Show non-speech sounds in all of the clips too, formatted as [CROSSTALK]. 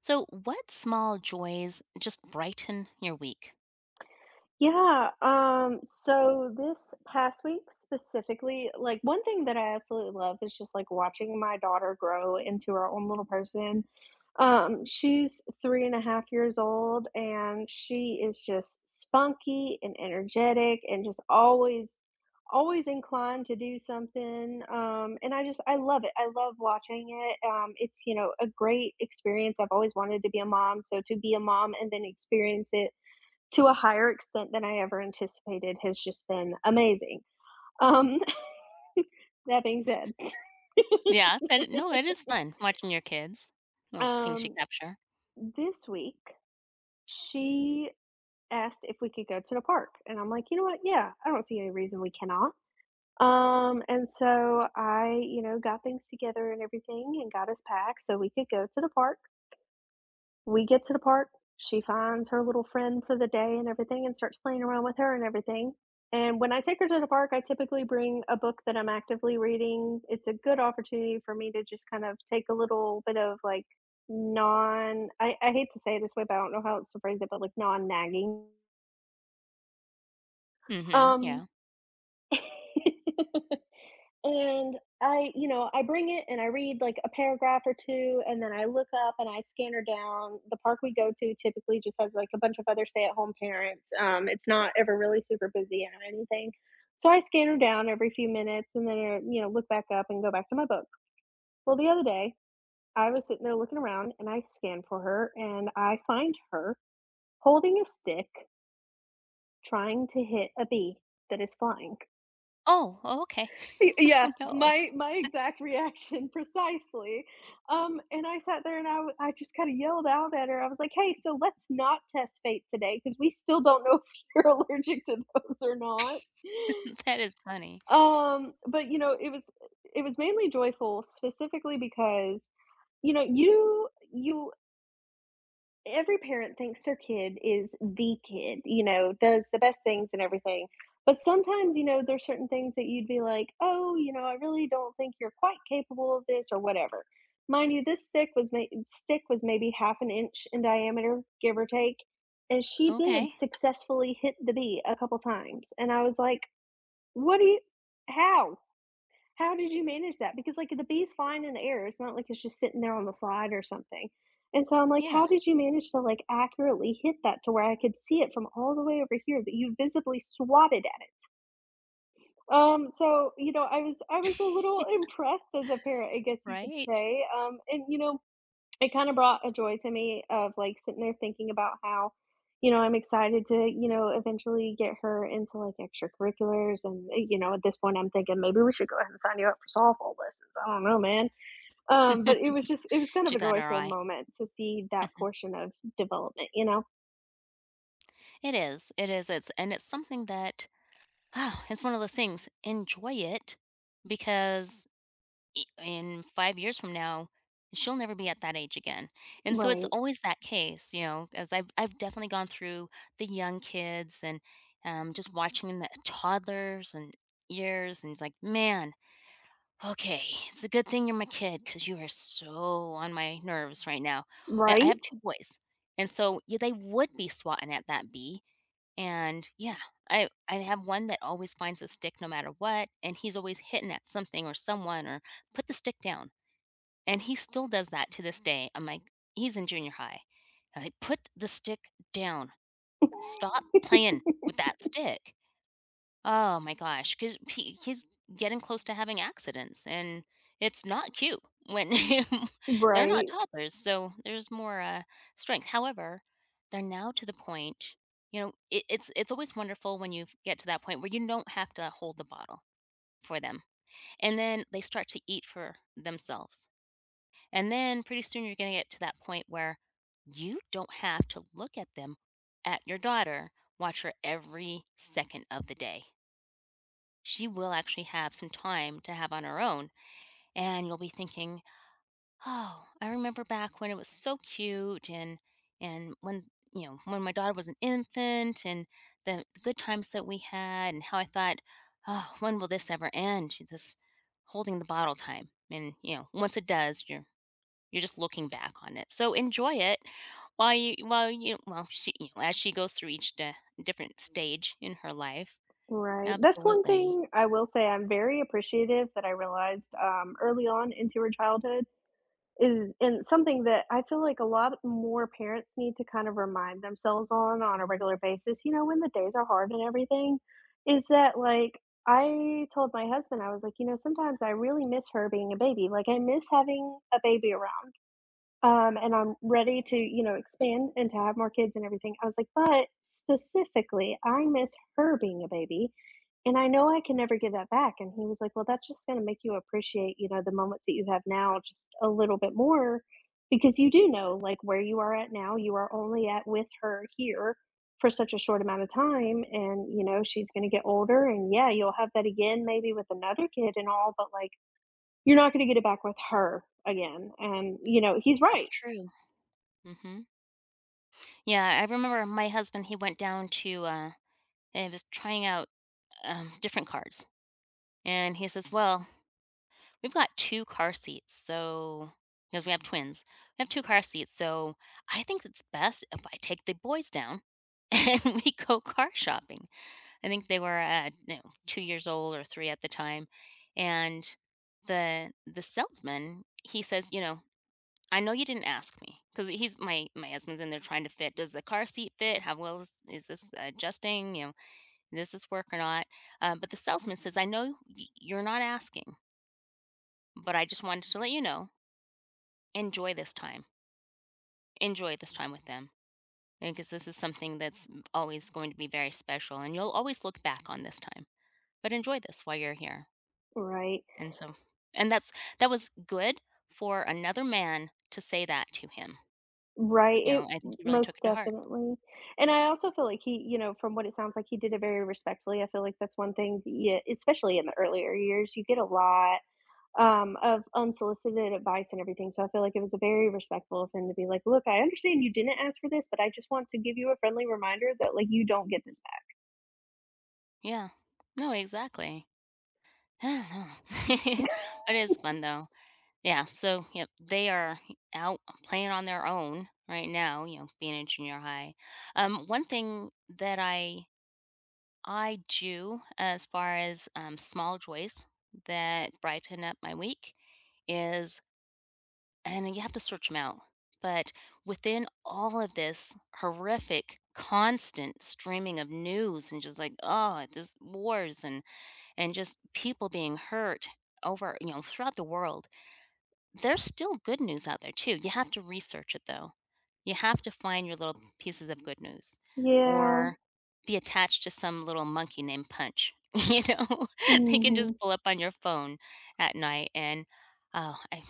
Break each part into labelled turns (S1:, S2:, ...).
S1: So, what small joys just brighten your week?
S2: Yeah. So this past week specifically, like, one thing that I absolutely love is just, like, watching my daughter grow into her own little person. She's 3 and a half years old, and she is just spunky and energetic and just always inclined to do something, and I love it. I love watching it. It's, you know, a great experience. I've always wanted to be a mom, so to be a mom and then experience it to a higher extent than I ever anticipated has just been amazing. Um, [LAUGHS] that being said,
S1: Yeah, that, no, it is fun watching your kids. Little things you
S2: um,
S1: capture.
S2: this week she asked if we could go to the park, and I'm like, you know what? Yeah, I don't see any reason we cannot. And so I, you know, got things together and everything and got us packed so we could go to the park. We get to the park, she finds her little friend for the day and everything and starts playing around with her and everything. And when I take her to the park, I typically bring a book that I'm actively reading. It's a good opportunity for me to just kind of take a little bit of like non I hate to say it this way, but I don't know how else to phrase it, but like non nagging.
S1: Mm-hmm.
S2: Um,
S1: Yeah.
S2: [LAUGHS] And I you know, I bring it and I read, like, a paragraph or 2, and then I look up and I scan her down. The park we go to typically just has, like, a bunch of other stay-at-home parents, it's not ever really super busy or anything. So I scan her down every few minutes and then, you know, look back up and go back to my book. Well, the other day, I was sitting there looking around, and I scan for her, and I find her holding a stick trying to hit a bee that is flying.
S1: Oh, oh, okay.
S2: Y
S1: [LAUGHS]
S2: yeah,
S1: Oh no,
S2: my exact reaction [LAUGHS] precisely, and I sat there and I just kinda yelled out at her, I was like, "Hey, so let's not test fate today because we still don't know [LAUGHS] if you're allergic to those or not."
S1: [LAUGHS] that is funny.
S2: But, you know, it was mainly joyful specifically because, you know, you every parent thinks their kid is the kid, you know, does the best things and everything. But sometimes, you know, there's certain things that you'd be like, oh, you know, I really don't think you're quite capable of this or whatever. Mind you, this stick was ma- stick was maybe half an inch in diameter, give or take, and she did
S1: Okay.
S2: successfully hit the bee a couple times. And I was like, "What do you? How? How did you manage that? Because, like, the bee's flying in the air, it's not like it's just sitting there on the side or something, and so I'm like,
S1: Yeah.
S2: "How did you manage to, like, accurately hit that to where I could see it from all the way over here that you visibly swatted at it?" So, you know, I was a little [LAUGHS] impressed as a parent, I guess you could
S1: Right.
S2: say, and, you know it kinda brought a joy to me of, like, sitting there thinking about how, you know, I'm excited to, you know, eventually get her into, like, extracurriculars, and, you know, at this point, I'm thinking, "Maybe we should go ahead and sign you up for softball lessons." I don't know, man. But it
S1: [LAUGHS]
S2: was just it was kind of
S1: She
S2: a
S1: got her
S2: joyful
S1: eye.
S2: moment to see that
S1: Mhm.
S2: portion of development, you know?
S1: It is. It is. It's something that [SIGHS] oh, it's one of those things. Enjoy it because in 5 years from now, she'll never be at that age again. And so it's
S2: Right.
S1: always that case, you know. As I 'Cause I've definitely gone through the young kids and, just watching the toddlers and years, and it's like, "Man, okay, it's a good thing you're my kid, cause you are so on my nerves right now." I
S2: Right?
S1: have 2 boys, and so, yeah, they would be swatting at that bee, and yeah, I have one that always finds a stick no matter what, and he's always hitting at something or someone or, "Put the stick down." And he still does that to this day. I'm like, he's in junior high. I put the stick down.
S2: [LAUGHS]
S1: Stop playing with that stick. Oh my gosh, because he's getting close to having accidents, and it's not cute when [LAUGHS] they're not
S2: Right.
S1: toddlers. So there's more strength. However, they're now to the point. You know, it's always wonderful when you get to that point where you don't have to hold the bottle for them, and then they start to eat for themselves, and then pretty soon you're going to get to that point where you don't have to look at them, at your daughter, watch her every second of the day. She will actually have some time to have on her own. And you'll be thinking, oh, I remember back when it was so cute, and, when, you know, when my daughter was an infant, and the good times that we had, and how I thought, oh, when will this ever end? This holding the bottle time. And, you know, once it does, you're just looking back on it. So enjoy it while you well, she, as she goes through each de different stage in her life.
S2: Right. That's one
S1: Absolutely.
S2: thing I will say I'm very appreciative that I realized, early on into her childhood. Is and something that I feel like a lot more parents need to kind of remind themselves on a regular basis, you know, when the days are hard and everything, is that, like, I told my husband, I was like, "You know, sometimes I really miss her being a baby." Like, I miss having a baby around. And I'm ready to, you know, expand and to have more kids and everything. I was like, "But specifically, I miss her being a baby, and I know I can never give that back." And he was like, "Well, that's just gonna make you appreciate, you know, the moments that you have now just a little bit more because you do know, like, where you are at now, you are only at with her here for such a short amount of time, and, you know, she's gonna get older, and yeah, you'll have that again maybe with another kid and all, but, like, you're not gonna get it back with her again." And, you know, he's right.
S1: That's true. Mhm. Yeah, I remember my husband, he went down to, and he was trying out, different cars, and he says, "Well, we've got 2 car seats, so because we have twins. We have 2 car seats, so I think it's best if I take the boys down [LAUGHS] and we go car shopping." I think they were, 2 years old or 3 at the time, and the salesman, he says, you know, "I know you didn't ask me because he's my husband's in there trying to fit, does the car seat fit? How well is this adjusting? You know, does this work or not?" But the salesman says, "I know y you're not asking, but I just wanted to let you know, enjoy this time. Enjoy this time with them, because this is something that's always going to be very special, and you'll always look back on this time, but enjoy this while you're here."
S2: Right.
S1: And so, and that was good for another man to say that to him,
S2: Right,
S1: you
S2: it
S1: know, I think he really
S2: most
S1: took it to heart.
S2: definitely. And I also feel like he you know, from what it sounds like, he did it very respectfully. I feel like that's one thing yeah, especially in the earlier years, you get a lot, of unsolicited advice and everything, so I feel like it was a very respectful of him to be like, "Look, I understand you didn't ask for this, but I just want to give you a friendly reminder that, like, you don't get this back."
S1: Yeah. No, exactly. [SIGHS] I [LAUGHS] But it's fun
S2: [LAUGHS]
S1: though. Yeah, so, yep, they are out playing on their own right now, you know, being in junior high. One thing that I do as far as, small joys that brighten up my week is, and you have to search them out. But within all of this horrific, constant streaming of news and just like, oh, this wars and just people being hurt over, you know, throughout the world, there's still good news out there too. You have to research it though. You have to find your little pieces of good news,
S2: Yeah.
S1: or be attached to some little monkey named Punch. [LAUGHS] You know, [LAUGHS] they can
S2: Mhm.
S1: just pull up on your phone at night, and oh, I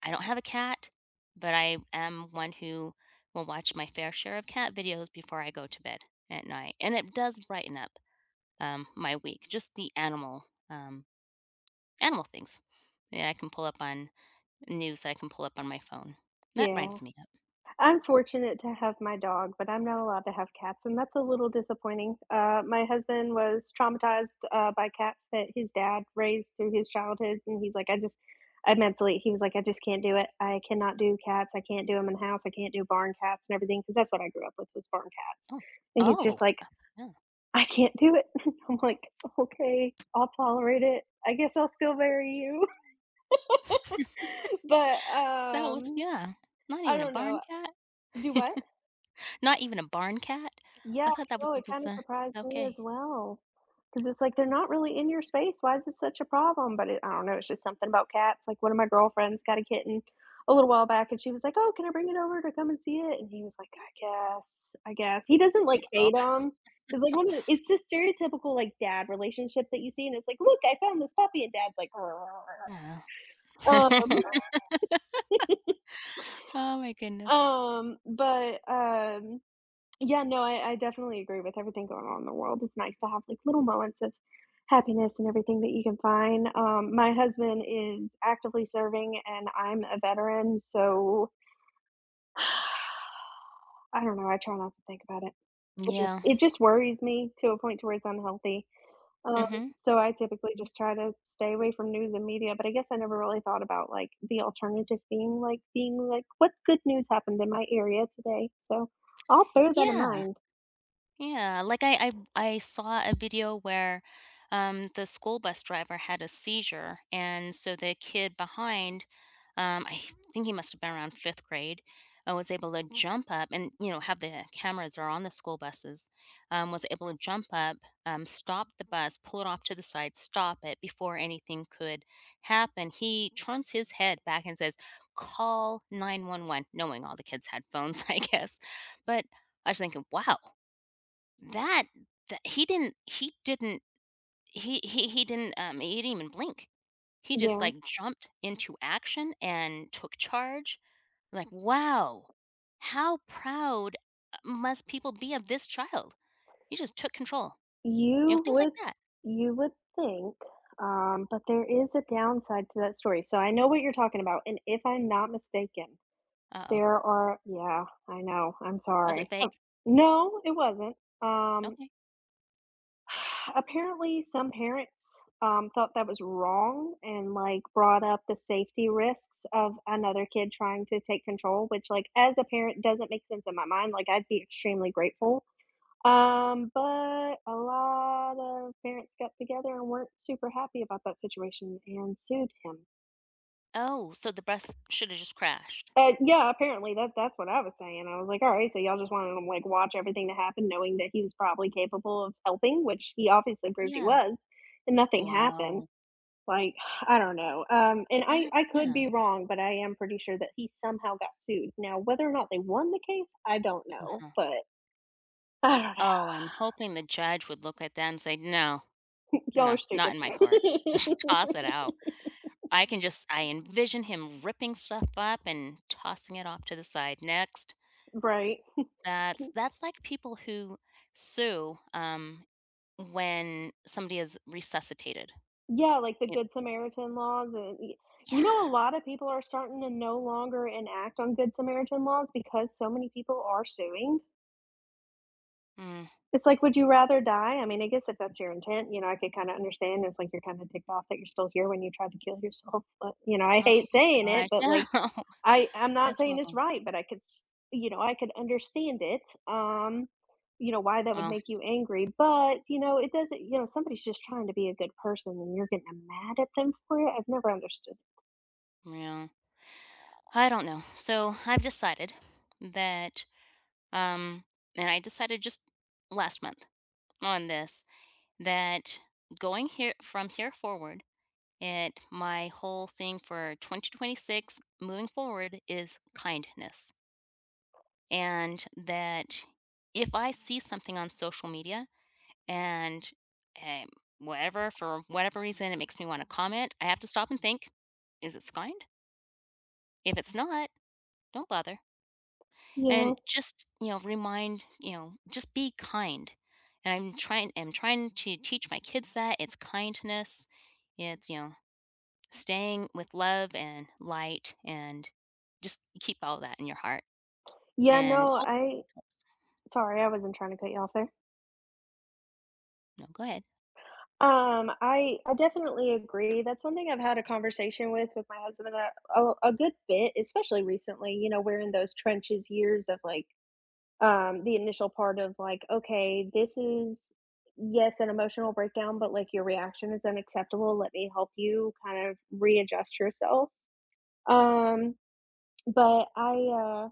S1: I don't have a cat, but I am one who will watch my fair share of cat videos before I go to bed at night, and it does brighten up, my week, just the animal things that I can pull up on, news that I can pull up on my phone. That
S2: Yeah.
S1: brightens me up.
S2: I'm fortunate to have my dog, but I'm not allowed to have cats, and that's a little disappointing. My husband was traumatized by cats that his dad raised through his childhood, and he's like, I just, I mentally, he was like, I just can't do it. I cannot do cats. I can't do them in the house. I can't do barn cats and everything because that's what I grew up with was barn cats.
S1: Oh.
S2: And he's
S1: Oh,
S2: just like,
S1: yeah.
S2: I can't do it. [LAUGHS] I'm like, okay, I'll tolerate it. I guess I'll still marry you. [LAUGHS] but
S1: That was,
S2: um,
S1: yeah. Not
S2: I
S1: even a
S2: don't know.
S1: barn cat?
S2: Do what?
S1: Not even a barn cat?
S2: Yeah,
S1: I thought that was
S2: no, it
S1: was
S2: kinda
S1: the
S2: surprised me as
S1: okay.
S2: well, because it's like, they're not really in your space, why is it such a problem? But it I don't know, it's just something about cats, like, one of my girlfriends got a kitten a little while back, and she was like, "Oh, can I bring it over to come and see it?" And he was like, "I guess, I guess." He doesn't, like,
S1: Oh.
S2: hate them. It's like one of the It's this stereotypical, like, dad relationship that you see, and it's like, "Look, I found this puppy," and dad's like, "Rrr."
S1: Oh.
S2: Um,
S1: [LAUGHS] Oh my goodness.
S2: but, yeah, no, I definitely agree with everything going on in the world. It's nice to have, like, little moments of happiness and everything that you can find. My husband is actively serving, and I'm a veteran, so [SIGHS] I don't know, I try not to think about it. It just
S1: Yeah.
S2: it just worries me to a point to where it's unhealthy. Um,
S1: Mhm.
S2: so I typically just try to stay away from news and media, but I guess I never really thought about, like, the alternative being, like, "What good news happened in my area today?" So I'll bear that in
S1: Yeah.
S2: mind.
S1: Yeah, like I saw a video where the school bus driver had a seizure, and so the kid behind, I think he must have been around 5th grade, was able to jump up and, you know, have the cameras are on the school buses, was able to jump up, stop the bus, pull it off to the side, stop it before anything could happen. He turns his head back and says, "Call 911," knowing all the kids had phones. [LAUGHS] I guess. But I was thinking, wow, that that he didn't even blink. He just,
S2: Yeah.
S1: like, jumped into action and took charge. Like, wow, how proud, must people be of this child? He just took control. You know,
S2: You
S1: things like
S2: would
S1: that.
S2: you would think, but there is a downside to that story. So I know what you're talking about, and if I'm not mistaken,
S1: Uh-oh.
S2: there are yeah, I know, I'm
S1: Was it
S2: sorry.
S1: fake?
S2: No, it wasn't. Um,
S1: Okay.
S2: [SIGHS] Apparently some parents, thought that was wrong and like brought up the safety risks of another kid trying to take control, which like as a parent doesn't make sense in my mind. Like I'd be extremely grateful, but a lot of parents got together and weren't super happy about that situation and sued him.
S1: Oh, so the bus shoulda just crashed.
S2: Yeah, apparently that that's what I was saying. I was like, "All right, so y'all just wanted to, like, watch everything to happen, knowing that he was probably capable of helping," which he obviously proved he
S1: Yeah.
S2: was, and nothing happened.
S1: Wow.
S2: Like, I don't know. And
S1: That's,
S2: I could
S1: yeah.
S2: be wrong, but I am pretty sure that he somehow got sued. Now, whether or not they won the case, I don't know,
S1: Uh-huh.
S2: but I don't know.
S1: Oh, I'm hoping the judge would look at that and say, "No,
S2: [LAUGHS] Y'all
S1: no,
S2: are
S1: not
S2: stupid.
S1: in my court." [LAUGHS] Toss it out. I can just I envision him ripping stuff up and tossing it off to the side. Next.
S2: [LAUGHS] Right.
S1: That's like people who sue, when somebody is resuscitated.
S2: Yeah, like the
S1: It
S2: Good Samaritan laws, and y you
S1: Yeah.
S2: know, a lot of people are starting to no longer enact on Good Samaritan laws because so many people are suing.
S1: Mm.
S2: It's like, would you rather die? I mean, I guess if that's your intent, you know, I could kinda understand, it's like you're kinda ticked off that you're still here when you tried to kill yourself, but, you know, I
S1: Oh
S2: hate saying it,
S1: my
S2: but,
S1: gosh.
S2: like,
S1: [LAUGHS] No.
S2: I'm not
S1: That's
S2: saying it's
S1: horrible.
S2: right, but I could s you know, I could understand it, you know, why that would
S1: Oh,
S2: make you angry, but, you know, it doesn't you know, somebody's just trying to be a good person and you're getting mad at them for it. I've never understood.
S1: yeah. I don't know. So, I've decided that, um and I decided just last month on this, that going here forward. And my whole thing for 2026 moving forward is kindness. And that if I see something on social media and, um, whatever, for whatever reason, it makes me want to comment, I have to stop and think, is it kind? If it's not, don't bother.
S2: Yeah.
S1: And just, remind, just be kind. And I'm trying to teach my kids that it's kindness. It's, you know, staying with love and light and just keep all that in your heart,
S2: Yeah,
S1: and
S2: no,
S1: hope
S2: I
S1: helps.
S2: sorry, I wasn't trying to cut you off there.
S1: No, go ahead.
S2: I definitely agree. That's one thing I've had a conversation with my husband a good bit, especially recently, you know, we're in those trenches years of like. The initial part of like, "Okay, this is, yes, an emotional breakdown, but, like, your reaction is unacceptable. Let me help you kind of readjust yourself." Um, but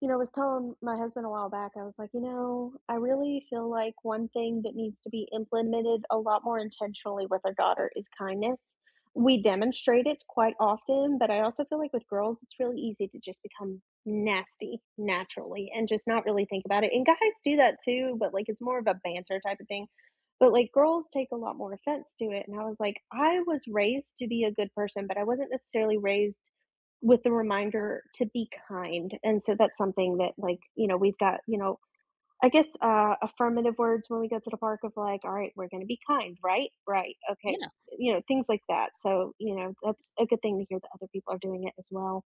S2: you know, I was telling my husband a while back, I was like, you know, I really feel like one thing that needs to be implemented a lot more intentionally with our daughter is kindness. We demonstrate it quite often, but I also feel like with girls, it's really easy to just become nasty naturally and just not really think about it. And guys do that too, but like it's more of a banter type of thing. But like girls take a lot more offense to it. And I was like, I was raised to be a good person, but I wasn't necessarily raised with the reminder to be kind, and so that's something that, like, you know, we've got, you know, I guess, affirmative words when we go to the park of like, "All right, we're gonna be kind, right? Right, okay."
S1: Yeah,
S2: You know, things like that. So, you know, that's a good thing to hear that other people are doing it as well.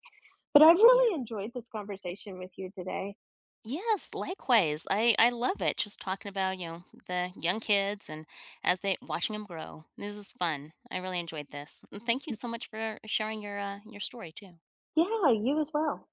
S2: But I've
S1: yeah.
S2: really enjoyed this conversation with you today.
S1: Yes, likewise. I love it. Just talking about, you know, the young kids and as they watching them grow. This is fun. I really enjoyed this. And thank you so much for sharing your story too.
S2: Yeah, you as well.